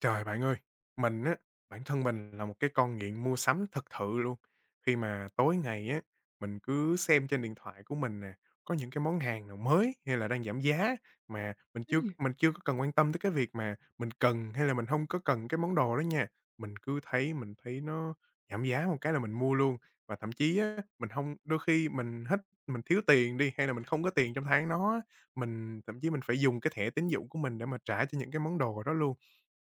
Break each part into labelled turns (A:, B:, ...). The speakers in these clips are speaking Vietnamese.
A: Trời, bạn ơi, mình á, bản thân mình là một cái con nghiện mua sắm thật sự luôn. Khi mà tối ngày á, mình cứ xem trên điện thoại của mình nè, có những cái món hàng nào mới hay là đang giảm giá mà mình chưa
B: Ừm.
A: mình chưa có cần quan tâm tới cái việc mà mình cần hay là mình không có cần cái món đồ đó nha. Mình thấy nó giảm giá một cái là mình mua luôn, và thậm chí á, mình không đôi khi mình thiếu tiền đi, hay là mình không có tiền trong tháng đó á, mình thậm chí mình phải dùng cái thẻ tín dụng của mình để mà trả cho những cái món đồ đó luôn.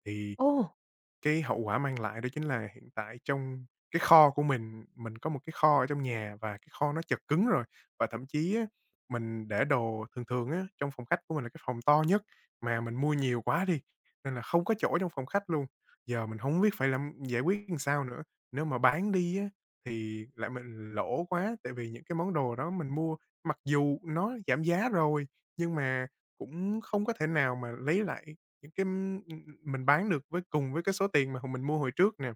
A: Thì
B: Ồ!
A: cái hậu quả mang lại đó chính là hiện tại trong cái kho của mình có một cái kho ở trong nhà và cái kho nó chật cứng rồi. Và thậm chí á, mình để đồ thường thường á, trong phòng khách của mình là cái phòng to nhất, mà mình mua nhiều quá đi, nên là không có chỗ trong phòng khách luôn. Giờ mình không biết phải giải quyết làm sao nữa, nếu mà bán đi á, thì lại mình lỗ quá, tại vì những cái món đồ đó mình mua mặc dù nó giảm giá rồi, nhưng mà cũng không có thể nào mà lấy lại những cái, mình bán được với cùng với cái số tiền mà hồi mình mua hồi trước nè,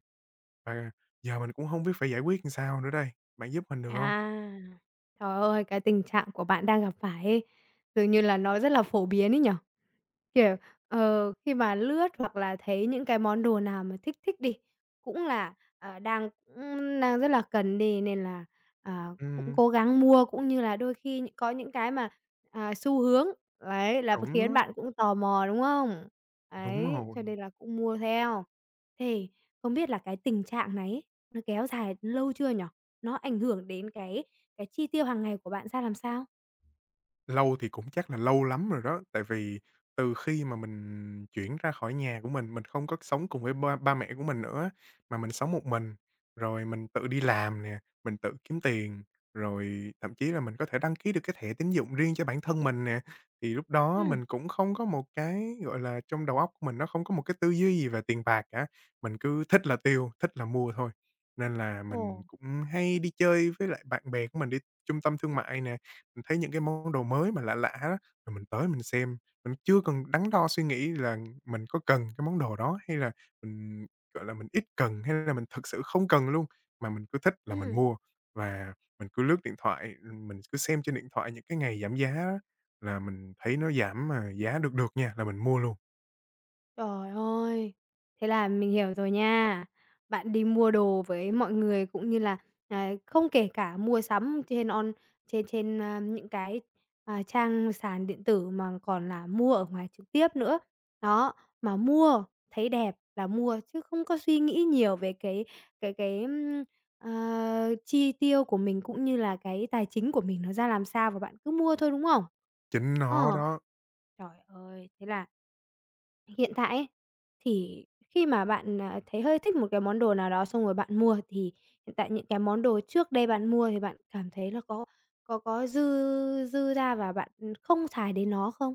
A: và giờ mình cũng không biết phải giải quyết làm sao nữa đây. Bạn giúp mình được không?
B: À, trời ơi, cái tình trạng của bạn đang gặp phải ấy, dường như là nó rất là phổ biến ấy nhỉ? Kiểu, khi mà lướt hoặc là thấy những cái món đồ nào mà thích thích đi, cũng là, cũng đang rất là cần đi nên là, à, cũng
A: Ừm,
B: cố gắng mua, cũng như là đôi khi có những cái mà, xu hướng, đấy, là
A: chuẩn
B: khiến
A: á,
B: bạn cũng tò mò, đúng không?
A: đúng
B: Ấy,
A: rồi.
B: cho nên là cũng mua theo. Thì không biết là cái tình trạng này ấy, nó kéo dài lâu chưa nhỉ? Nó ảnh hưởng đến cái chi tiêu hàng ngày của bạn ra làm sao?
A: Lâu thì cũng chắc là lâu lắm rồi đó, tại vì từ khi mà mình chuyển ra khỏi nhà của mình không có sống cùng với ba ba mẹ của mình nữa, mà mình sống một mình, rồi mình tự đi làm nè, mình tự kiếm tiền, rồi thậm chí là mình có thể đăng ký được cái thẻ tín dụng riêng cho bản thân mình nè. Thì lúc đó
B: Ừm.
A: mình cũng không có một cái, gọi là, trong đầu óc của mình nó không có một cái tư duy gì về tiền bạc cả, mình cứ thích là tiêu, thích là mua thôi. Nên là
B: Ồ.
A: mình cũng hay đi chơi với lại bạn bè của mình đi trung tâm thương mại nè. Mình thấy những cái món đồ mới mà lạ lạ á, rồi mình tới mình xem, mình chưa cần đắn đo suy nghĩ là mình có cần cái món đồ đó hay là mình, gọi là, mình ít cần hay là mình thực sự không cần luôn, mà mình cứ thích là mình
B: Ừm.
A: mua. Và mình cứ lướt điện thoại, mình cứ xem trên điện thoại những cái ngày giảm giá á, là mình thấy nó giảm mà giá được được nha, là mình mua luôn,
B: Trời ơi! Thế là mình hiểu rồi nha. Bạn đi mua đồ với mọi người cũng như là, không kể cả mua sắm trên on trên trên, a, những cái, trang sàn điện tử mà còn là mua ở ngoài trực tiếp nữa. Đó, mà mua thấy đẹp là mua chứ không có suy nghĩ nhiều về cái chi tiêu của mình cũng như là cái tài chính của mình nó ra làm sao và bạn cứ mua thôi, đúng không?
A: chính nó
B: Ờ,
A: đó.
B: trời ơi, thế là Hiện tại ấy, thì khi mà bạn, thấy hơi thích một cái món đồ nào đó xong rồi bạn mua thì hiện tại những cái món đồ trước đây bạn mua thì bạn cảm thấy là có dư dư ra và bạn, không xài đến nó không?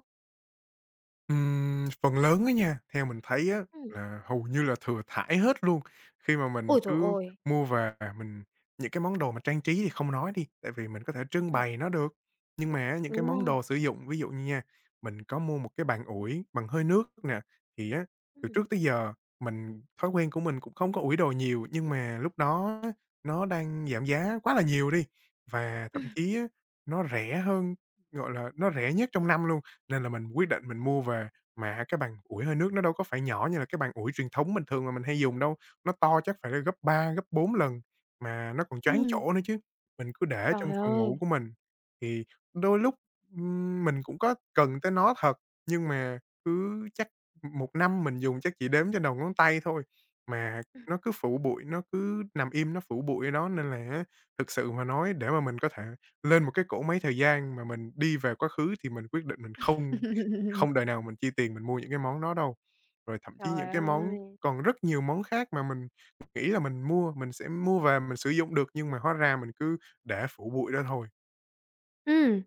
A: Phần lớn á nha, theo mình thấy á
B: Ừm.
A: là hầu như là thừa thãi hết luôn. Khi mà mình
B: Ôi trời
A: cứ
B: ôi!
A: mua về mình những cái món đồ mà trang trí thì không nói đi, tại vì mình có thể trưng
B: Ừm.
A: bày nó được. Nhưng mà á, những cái
B: Đúng
A: món
B: rồi.
A: đồ sử dụng, ví dụ như nha, mình có mua một cái bàn ủi bằng hơi nước nè, thì á, từ
B: Ừm.
A: trước tới giờ thói quen của mình cũng không có ủi đồ nhiều, nhưng mà lúc đó á, nó đang giảm giá quá là nhiều đi, và thậm chí á, nó rẻ hơn, gọi là, nó rẻ nhất trong năm luôn. Nên là mình quyết định mình mua về, mà cái bàn ủi hơi nước nó đâu có phải nhỏ như là cái bàn ủi truyền thống bình thường mà mình hay dùng đâu, nó to chắc phải là gấp 3 gấp 4 lần, mà nó còn choán
B: Ừm,
A: chỗ nữa chứ. Mình cứ để trong
B: trời
A: phòng
B: ơi!
A: ngủ của mình, thì đôi lúc, mình cũng có cần tới nó thật, nhưng mà cứ chắc một năm mình dùng chắc chỉ đếm trên đầu ngón tay thôi, mà nó cứ phủ bụi, nó cứ nằm im nó phủ bụi ở đó nên là thực sự mà nói để mà mình có thể lên một cái cỗ máy thời gian mà mình đi về quá khứ thì mình quyết định mình không không đời nào mình chi tiền mình mua những cái món đó đâu. Rồi thậm chí
B: Trời
A: những cái món
B: ơi!
A: còn rất nhiều món khác mà mình nghĩ là mình mua, mình sẽ mua về mình sử dụng được nhưng mà hóa ra mình cứ để phủ bụi đó thôi.
B: Ừm.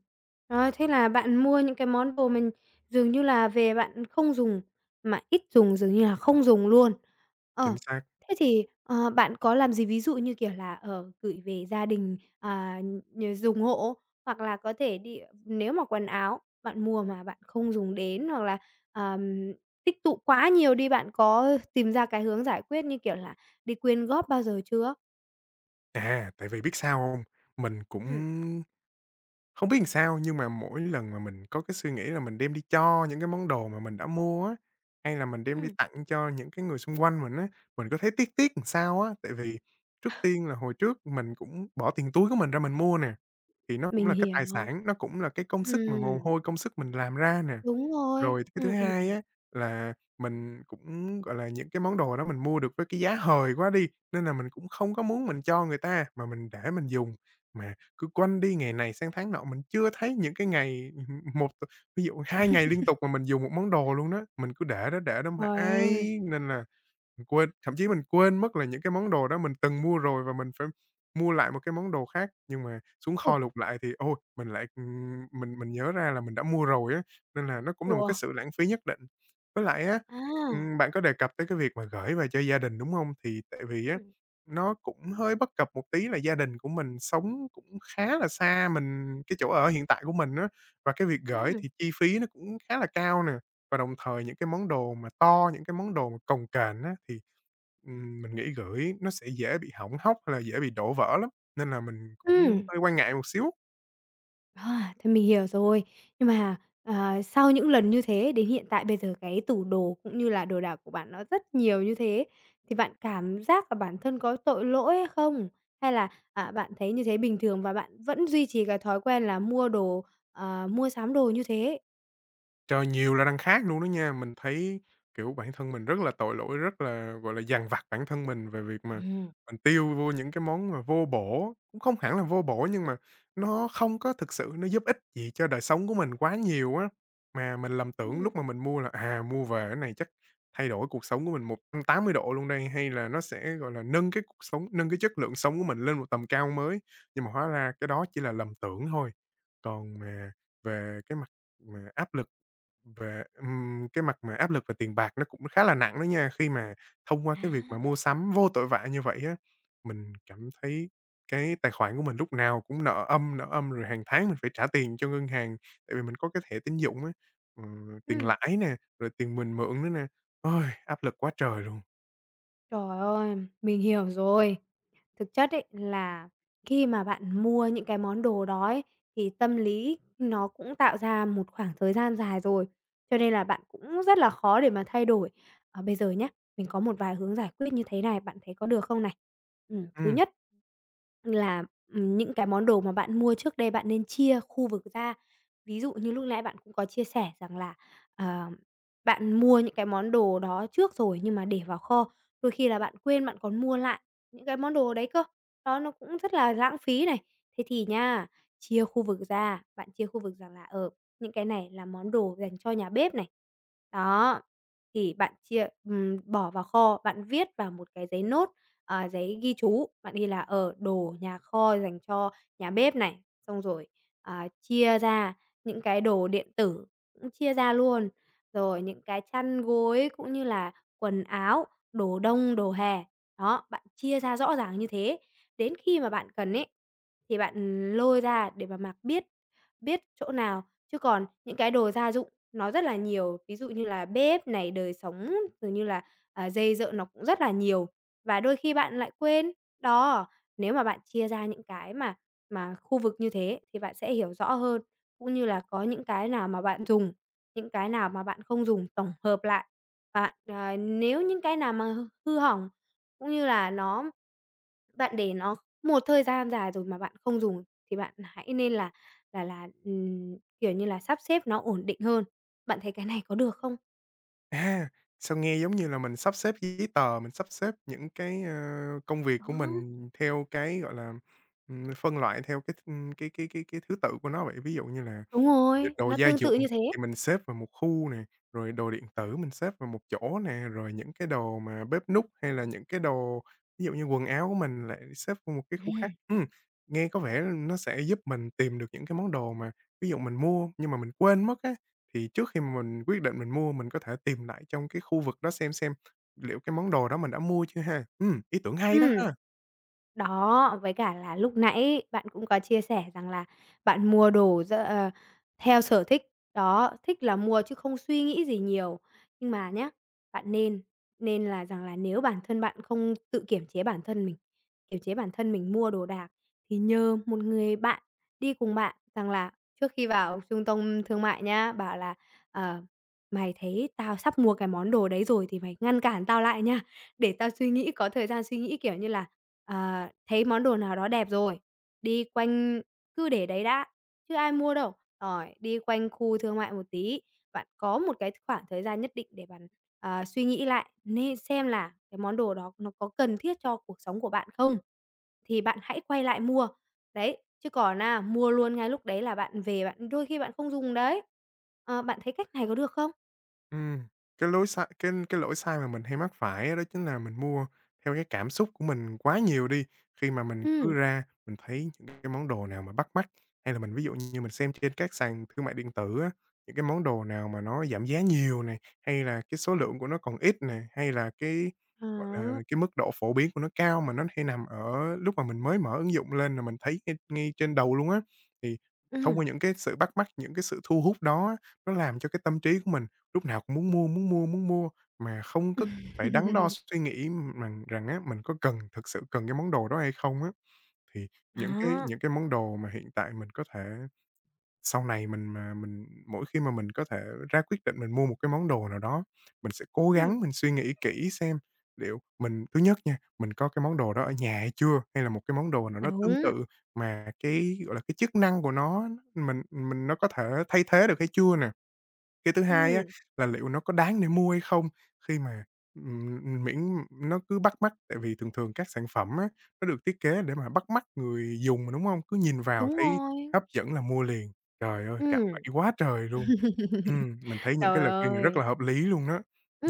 B: Rồi, thế là bạn mua những cái món đồ mình dường như là về bạn không dùng, mà ít dùng dường như là không dùng luôn. Ờ,
A: Chính xác.
B: thế thì, bạn có làm gì? Ví dụ như, kiểu là, gửi về gia đình, dùng hộ, hoặc là có thể đi nếu mà quần áo bạn mua mà bạn không dùng đến, hoặc là, ờm, tích tụ quá nhiều đi, bạn có tìm ra cái hướng giải quyết như, kiểu là, đi quyên góp bao giờ chưa?
A: À, tại vì biết sao không? Mình
B: Ừm,
A: cũng Không biết làm sao nhưng mà mỗi lần mà mình có cái suy nghĩ là mình đem đi cho những cái món đồ mà mình đã mua á, hay là mình đem đi
B: Ừm.
A: tặng cho những cái người xung quanh mình á, mình có thấy tiếc tiếc làm sao á. Tại vì trước tiên là hồi trước mình cũng bỏ tiền túi của mình ra mình mua nè, thì nó cũng
B: Mình
A: là cái tài
B: hiểu.
A: sản, nó cũng là cái công sức mà mồ
B: Ừm,
A: hôi, công sức mình làm ra nè.
B: đúng rồi.
A: Rồi cái thứ hai á là mình cũng, gọi là, những cái món đồ đó mình mua được với cái giá hời quá đi, nên là mình cũng không có muốn mình cho người ta, mà mình để mình dùng. Mà cứ quanh đi ngày này sang tháng nọ, mình chưa thấy những cái ngày, một ví dụ 2 ngày liên tục mà mình dùng một món đồ luôn đó, mình cứ để đó
B: Trời ơi!
A: mãi nên là mình quên, thậm chí mình quên mất là những cái món đồ đó mình từng mua rồi và mình phải mua lại một cái món đồ khác, nhưng mà xuống
B: Ôi!
A: kho lục lại thì, ôi, mình lại, mình nhớ ra là mình đã mua rồi á, nên là nó cũng là một
B: Ủa?
A: cái sự lãng phí nhất định. Với lại á,
B: À,
A: bạn có đề cập tới cái việc mà gửi về cho gia đình, đúng không? Thì tại vì á,
B: ừm,
A: nó cũng hơi bất cập một tí là gia đình của mình sống cũng khá là xa mình cái chỗ ở hiện tại của mình á, và cái việc gửi
B: ừm,
A: thì chi phí nó cũng khá là cao nè. Và đồng thời những cái món đồ mà to, những cái món đồ mà cồng kềnh á, thì, mình nghĩ gửi nó sẽ dễ bị hỏng hóc hay là dễ bị đổ vỡ lắm, nên là mình cũng
B: ừm.
A: hơi quan ngại một xíu.
B: À, thế mình hiểu rồi. Nhưng mà, sau những lần như thế đến hiện tại bây giờ cái tủ đồ cũng như là đồ đạc của bạn nó rất nhiều như thế, thì bạn cảm giác là bản thân có tội lỗi hay không? Hay là, bạn thấy như thế bình thường và bạn vẫn duy trì cái thói quen là mua đồ, mua sắm đồ như thế?
A: Trời, nhiều là đằng khác luôn đó nha. Mình thấy, kiểu, bản thân mình rất là tội lỗi, rất là, gọi là, dằn vặt bản thân mình về việc mà
B: Ừm,
A: mình tiêu vô những cái món mà vô bổ, cũng không hẳn là vô bổ nhưng mà nó không có thực sự nó giúp ích gì cho đời sống của mình quá nhiều á. Mà mình lầm tưởng
B: ừm,
A: lúc mà mình mua là, à, mua về cái này chắc thay đổi cuộc sống của mình 180 độ luôn đây, hay là nó sẽ, gọi là, nâng cái cuộc sống nâng cái chất lượng sống của mình lên một tầm cao mới, nhưng mà hóa ra cái đó chỉ là lầm tưởng thôi. Còn mà về cái mặt mà áp lực về cái mặt mà áp lực về tiền bạc nó cũng khá là nặng đó nha, khi mà thông qua cái việc mà mua sắm vô tội vạ như vậy á, mình cảm thấy cái tài khoản của mình lúc nào cũng nợ âm, rồi hàng tháng mình phải trả tiền cho ngân hàng, tại vì mình có cái thẻ tín dụng á, tiền
B: ừm.
A: lãi nè, rồi tiền mình mượn nữa nè. Ôi, áp lực quá trời luôn!
B: Trời ơi, mình hiểu rồi. Thực chất ấy là khi mà bạn mua những cái món đồ đó ấy, thì tâm lý nó cũng tạo ra một khoảng thời gian dài rồi, cho nên là bạn cũng rất là khó để mà thay đổi. Ờ, bây giờ nhé mình có một vài hướng giải quyết như thế này, bạn thấy có được không này? Thứ
A: Ừm.
B: nhất là, những cái món đồ mà bạn mua trước đây bạn nên chia khu vực ra. Ví dụ như lúc nãy bạn cũng có chia sẻ rằng là, ờ, bạn mua những cái món đồ đó trước rồi nhưng mà để vào kho, đôi khi là bạn quên bạn còn mua lại những cái món đồ đấy cơ. Đó, nó cũng rất là lãng phí này. Thế thì nha, chia khu vực ra, bạn chia khu vực rằng là, ở những cái này là món đồ dành cho nhà bếp này. Đó, thì bạn chia bỏ vào kho, bạn viết vào một cái giấy nốt, giấy ghi chú, bạn ghi là, ở đồ nhà kho dành cho nhà bếp này, xong rồi, chia ra những cái đồ điện tử cũng chia ra luôn, rồi những cái chăn gối cũng như là quần áo đồ đông, đồ hè. Đó, bạn chia ra rõ ràng như thế, đến khi mà bạn cần ấy, thì bạn, lôi ra để mà mặc biết biết chỗ nào. Chứ còn những cái đồ gia dụng nó rất là nhiều, ví dụ như là bếp này, đời sống, rồi như là, giày giợ nó cũng rất là nhiều và đôi khi bạn lại quên. Đó, nếu mà bạn chia ra những cái mà khu vực như thế thì bạn sẽ hiểu rõ hơn, cũng như là có những cái nào mà bạn dùng, những cái nào mà bạn không dùng, tổng hợp lại. Bạn, nếu những cái nào mà hư hư hỏng cũng như là bạn để nó một thời gian dài rồi mà bạn không dùng thì bạn hãy nên là kiểu như là, sắp xếp nó ổn định hơn. Bạn thấy cái này có được không?
A: À, sao nghe giống như là mình sắp xếp giấy tờ, mình sắp xếp những cái, công việc của
B: Đó.
A: mình theo cái, gọi là, phân loại theo cái, cái thứ tự của nó vậy. Ví dụ như là
B: Đúng
A: như
B: rồi,
A: đồ
B: nó
A: gia
B: tương
A: dụng
B: tự như thế.
A: thì mình xếp vào một khu nè, rồi đồ điện tử mình xếp vào một chỗ nè, rồi những cái đồ mà bếp núc hay là những cái đồ ví dụ như quần áo của mình lại xếp vào một cái khu khác.
B: Ừm.
A: Nghe có vẻ nó sẽ giúp mình tìm được những cái món đồ mà ví dụ mình mua nhưng mà mình quên mất á, thì trước khi mà mình quyết định mình mua mình có thể tìm lại trong cái khu vực đó xem liệu cái món đồ đó mình đã mua chưa ha? Ý tưởng hay đó
B: Ừm.
A: ha!
B: Đó, với cả là lúc nãy bạn cũng có chia sẻ rằng là bạn mua đồ theo sở thích, đó, thích là mua chứ không suy nghĩ gì nhiều. Nhưng mà nhá, bạn nên nên là rằng là nếu bản thân bạn không tự kiểm chế bản thân mình, kiểm chế bản thân mình mua đồ đạc thì nhờ một người bạn đi cùng bạn rằng là trước khi vào trung tâm thương mại nhá, bảo là "Ờ, mày thấy tao sắp mua cái món đồ đấy rồi thì mày ngăn cản tao lại nha." Để tao suy nghĩ, có thời gian suy nghĩ, kiểu như là, thấy món đồ nào đó đẹp rồi, đi quanh cứ để đấy đã, chứ ai mua đâu. Rồi, đi quanh khu thương mại một tí, bạn có một cái khoảng thời gian nhất định để bạn, suy nghĩ lại nên xem là cái món đồ đó nó có cần thiết cho cuộc sống của bạn không, thì bạn hãy quay lại mua. Đấy, chứ còn á, mua luôn ngay lúc đấy là bạn về bạn đôi khi bạn không dùng đấy. Ờ, bạn thấy cách này có được không?
A: Ừm, cái lỗi sai mà mình hay mắc phải á, đó chính là mình mua theo cái cảm xúc của mình quá nhiều đi. Khi mà mình cứ
B: Ừ
A: ra mình thấy những cái món đồ nào mà bắt mắt, hay là mình ví dụ như mình xem trên các sàn thương mại điện tử á, những cái món đồ nào mà nó giảm giá nhiều này, hay là cái số lượng của nó còn ít này hay là cái, gọi là,
B: đó,
A: cái mức độ phổ biến của nó cao mà nó hay nằm ở lúc mà mình mới mở ứng dụng lên là mình thấy ngay ngay trên đầu luôn á. Thì thông
B: ừ
A: qua những cái sự bắt mắt, những cái sự thu hút đó á, nó làm cho cái tâm trí của mình lúc nào cũng muốn mua, muốn mua, muốn mua, mà không có phải đắn đo suy nghĩ rằng rằng á, mình có cần thực sự cần cái món đồ đó hay không á. Thì
B: Đó.
A: những cái món đồ mà hiện tại mình có thể sau này mình mà mình mỗi khi mà mình có thể ra quyết định mình mua một cái món đồ nào đó, mình sẽ cố
B: Ừm,
A: gắng mình suy nghĩ kỹ xem liệu mình thứ nhất nha, mình có cái món đồ đó ở nhà hay chưa? Hay là một cái món đồ nào nó tương
B: đúng,
A: tự mà cái, gọi là, cái chức năng của nó mình nó có thể thay thế được hay chưa nè? Cái thứ hai á,
B: ừm,
A: là liệu nó có đáng để mua hay không? Khi mà, miễn nó cứ bắt mắt, tại vì thường thường các sản phẩm á, nó được thiết kế để mà bắt mắt người dùng mà, đúng không? Cứ nhìn vào
B: đúng
A: thấy
B: rồi,
A: hấp dẫn là mua liền. Trời ơi, cảm bậy
B: ừm.
A: quá trời luôn! Mình thấy những cái
B: Trời
A: lời khuyên này rất
B: ơi,
A: là hợp lý luôn đó,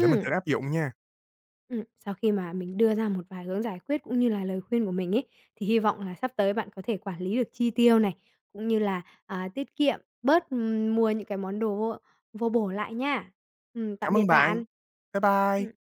A: để mình thử áp dụng nha.
B: sau khi mà mình đưa ra một vài hướng giải quyết cũng như là lời khuyên của mình ấy, thì hy vọng là sắp tới bạn có thể quản lý được chi tiêu này, cũng như là, tiết kiệm, bớt, mua những cái món đồ vô vô bổ lại nha. Tạm
A: Cảm
B: biệt
A: ơn bạn.
B: bạn.
A: Bye
B: Ừm.
A: bye.